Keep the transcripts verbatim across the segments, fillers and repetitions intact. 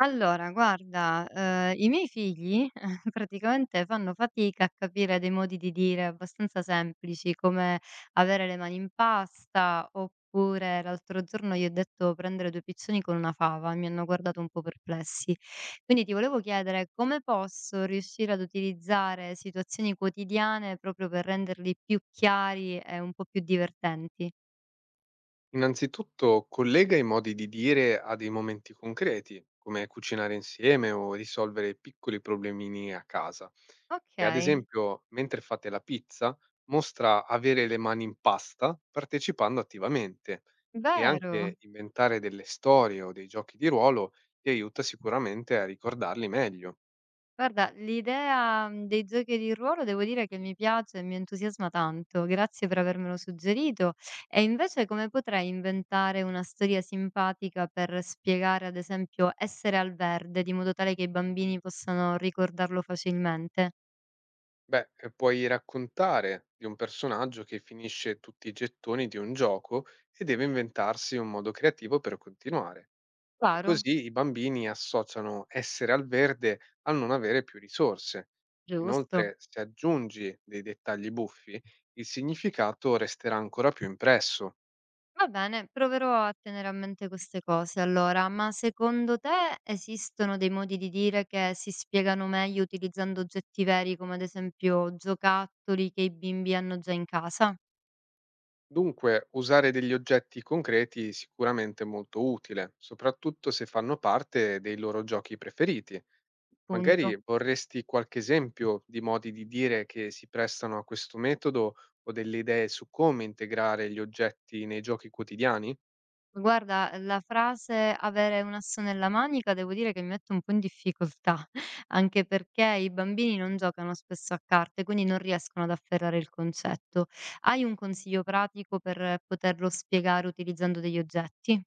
Allora guarda, ehm, i miei figli praticamente fanno fatica a capire dei modi di dire abbastanza semplici, come avere le mani in pasta, oppure l'altro giorno gli ho detto: "Prendere due piccioni con una fava", e mi hanno guardato un po' perplessi. Quindi ti volevo chiedere come posso riuscire ad utilizzare situazioni quotidiane proprio per renderli più chiari e un po' più divertenti. Innanzitutto collega i modi di dire a dei momenti concreti, come cucinare insieme o risolvere piccoli problemini a casa. E ad Okay, esempio, mentre fate la pizza, mostra avere le mani in pasta partecipando attivamente e vero. anche inventare delle storie o dei giochi di ruolo ti aiuta sicuramente a ricordarli meglio. Guarda, l'idea, mhmm, dei giochi di ruolo devo dire che mi piace e mi entusiasma tanto. Grazie per avermelo suggerito. E invece come potrei inventare una storia simpatica per spiegare, ad esempio, "Essere al verde", di modo tale che i bambini possano ricordarlo facilmente? Beh, e puoi raccontare di un personaggio che finisce tutti i gettoni di un gioco e deve inventarsi un modo creativo per continuare. E Chiaro? così i bambini associano essere al verde al non avere più risorse. Giusto. Inoltre, se aggiungi dei dettagli buffi, il significato resterà ancora più impresso. Va bene, proverò a tenere a mente queste cose allora, ma secondo te esistono dei modi di dire che si spiegano meglio utilizzando oggetti veri come ad esempio giocattoli che i bimbi hanno già in casa? Dunque, usare degli oggetti concreti è sicuramente molto utile, soprattutto se fanno parte dei loro giochi preferiti. Punto. Magari vorresti qualche esempio di modi di dire che si prestano a questo metodo o delle idee su come integrare gli oggetti nei giochi quotidiani? Guarda, la frase avere un asso nella manica devo dire che mi mette un po' in difficoltà, anche perché i bambini non giocano spesso a carte, quindi non riescono ad afferrare il concetto. Hai un consiglio pratico per poterlo spiegare utilizzando degli oggetti?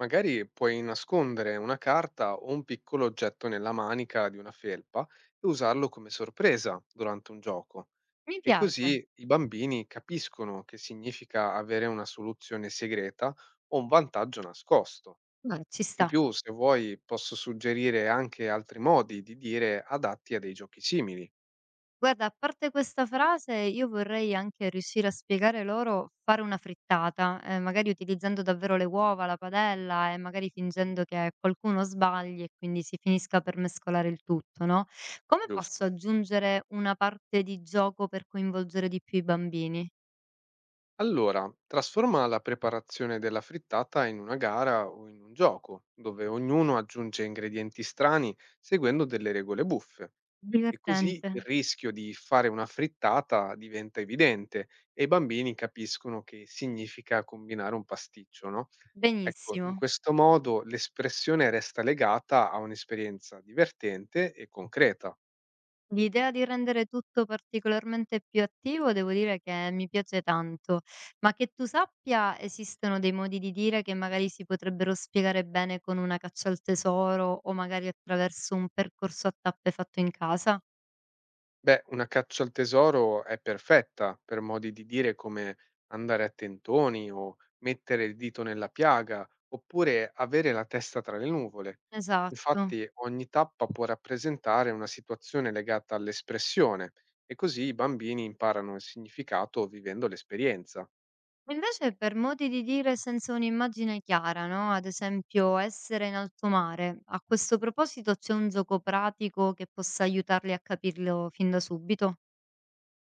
Magari puoi nascondere una carta o un piccolo oggetto nella manica di una felpa e usarlo come sorpresa durante un gioco. Mi E piace. così i bambini capiscono che significa avere una soluzione segreta o un vantaggio nascosto. Vabbè, ci In sta. più, se vuoi, posso suggerire anche altri modi di dire adatti a dei giochi simili, Guarda, a parte questa frase, io vorrei anche riuscire a spiegare loro fare una frittata, eh, magari utilizzando davvero le uova, la padella e magari fingendo che qualcuno sbagli e quindi si finisca per mescolare il tutto, no? Come posso giusto? aggiungere una parte di gioco per coinvolgere di più i bambini? Allora, trasforma la preparazione della frittata in una gara o in un gioco, dove ognuno aggiunge ingredienti strani seguendo delle regole buffe. E così Divertente. il rischio di fare una frittata diventa evidente e i bambini capiscono che significa combinare un pasticcio, no? Ecco, in Benissimo. questo modo l'espressione resta legata a un'esperienza divertente e concreta. L'idea di rendere tutto particolarmente più attivo devo dire che mi piace tanto, ma che tu sappia esistono dei modi di dire che magari si potrebbero spiegare bene con una caccia al tesoro o magari attraverso un percorso a tappe fatto in casa? Beh, una caccia al tesoro è perfetta per modi di dire come andare a tentoni o mettere il dito nella piaga, oppure avere la testa tra le nuvole. Esatto. Infatti, ogni tappa può rappresentare una situazione legata all'espressione e così i bambini imparano il significato vivendo l'esperienza. Invece per modi di dire senza un'immagine chiara, no? Ad esempio essere in alto mare, a questo proposito c'è un gioco pratico che possa aiutarli a capirlo fin da subito?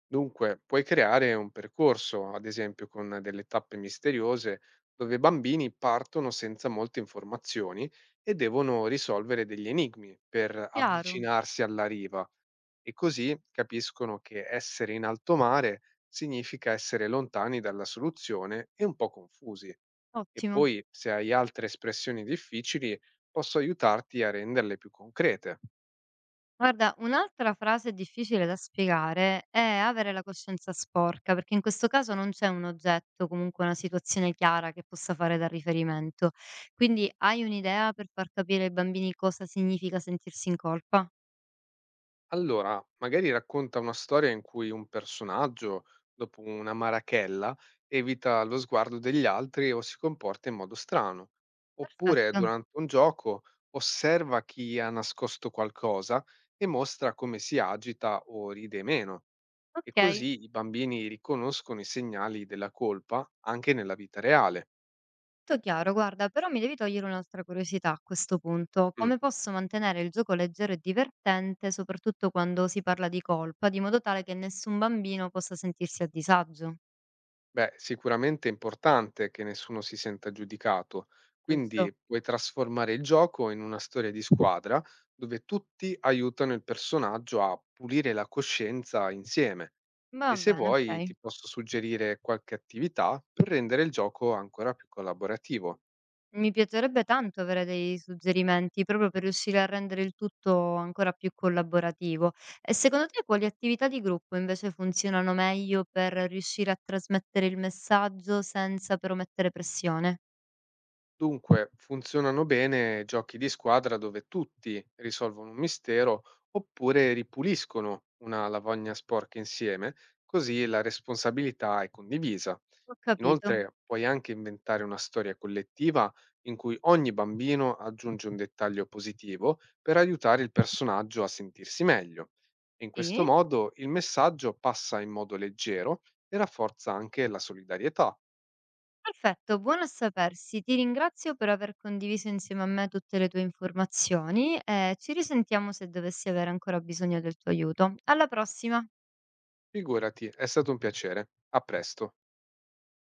Dunque, puoi creare un percorso, ad esempio con delle tappe misteriose, dove i bambini partono senza molte informazioni e devono risolvere degli enigmi per Chiaro, avvicinarsi alla riva e così capiscono che essere in alto mare significa essere lontani dalla soluzione e un po' confusi. E ottimo. poi, se hai altre espressioni difficili, posso aiutarti a renderle più concrete. Guarda, un'altra frase difficile da spiegare è avere la coscienza sporca, perché in questo caso non c'è un oggetto, comunque una situazione chiara che possa fare da riferimento. Quindi hai un'idea per far capire ai bambini cosa significa sentirsi in colpa? Allora, magari racconta una storia in cui un personaggio, dopo una marachella, evita lo sguardo degli altri o si comporta in modo strano. Oppure, Perfetto. durante un gioco, osserva chi ha nascosto qualcosa e mostra come si agita o ride meno. E Ok, così i bambini riconoscono i segnali della colpa anche nella vita reale. tutto chiaro. Guarda, però mi devi togliere un'altra curiosità a questo punto. Mm. Come posso mantenere il gioco leggero e divertente, soprattutto quando si parla di colpa, di modo tale che nessun bambino possa sentirsi a disagio? Beh, sicuramente è importante che nessuno si senta giudicato, Giusto. quindi puoi trasformare il gioco in una storia di squadra dove tutti aiutano il personaggio a pulire la coscienza insieme. Va E se bene, ok. vuoi ti posso suggerire qualche attività per rendere il gioco ancora più collaborativo. Mi piacerebbe tanto avere dei suggerimenti, proprio per riuscire a rendere il tutto ancora più collaborativo. E secondo te quali attività di gruppo invece funzionano meglio per riuscire a trasmettere il messaggio senza però mettere pressione? Dunque, funzionano bene giochi di squadra dove tutti risolvono un mistero oppure ripuliscono una lavagna sporca insieme, così la responsabilità è condivisa. Ho capito. Inoltre, puoi anche inventare una storia collettiva in cui ogni bambino aggiunge un dettaglio positivo per aiutare il personaggio a sentirsi meglio. E in questo Sì. modo il messaggio passa in modo leggero e rafforza anche la solidarietà. Perfetto, buono a sapersi. Ti ringrazio per aver condiviso insieme a me tutte le tue informazioni e ci risentiamo se dovessi avere ancora bisogno del tuo aiuto. Alla prossima! Figurati, è stato un piacere. A presto.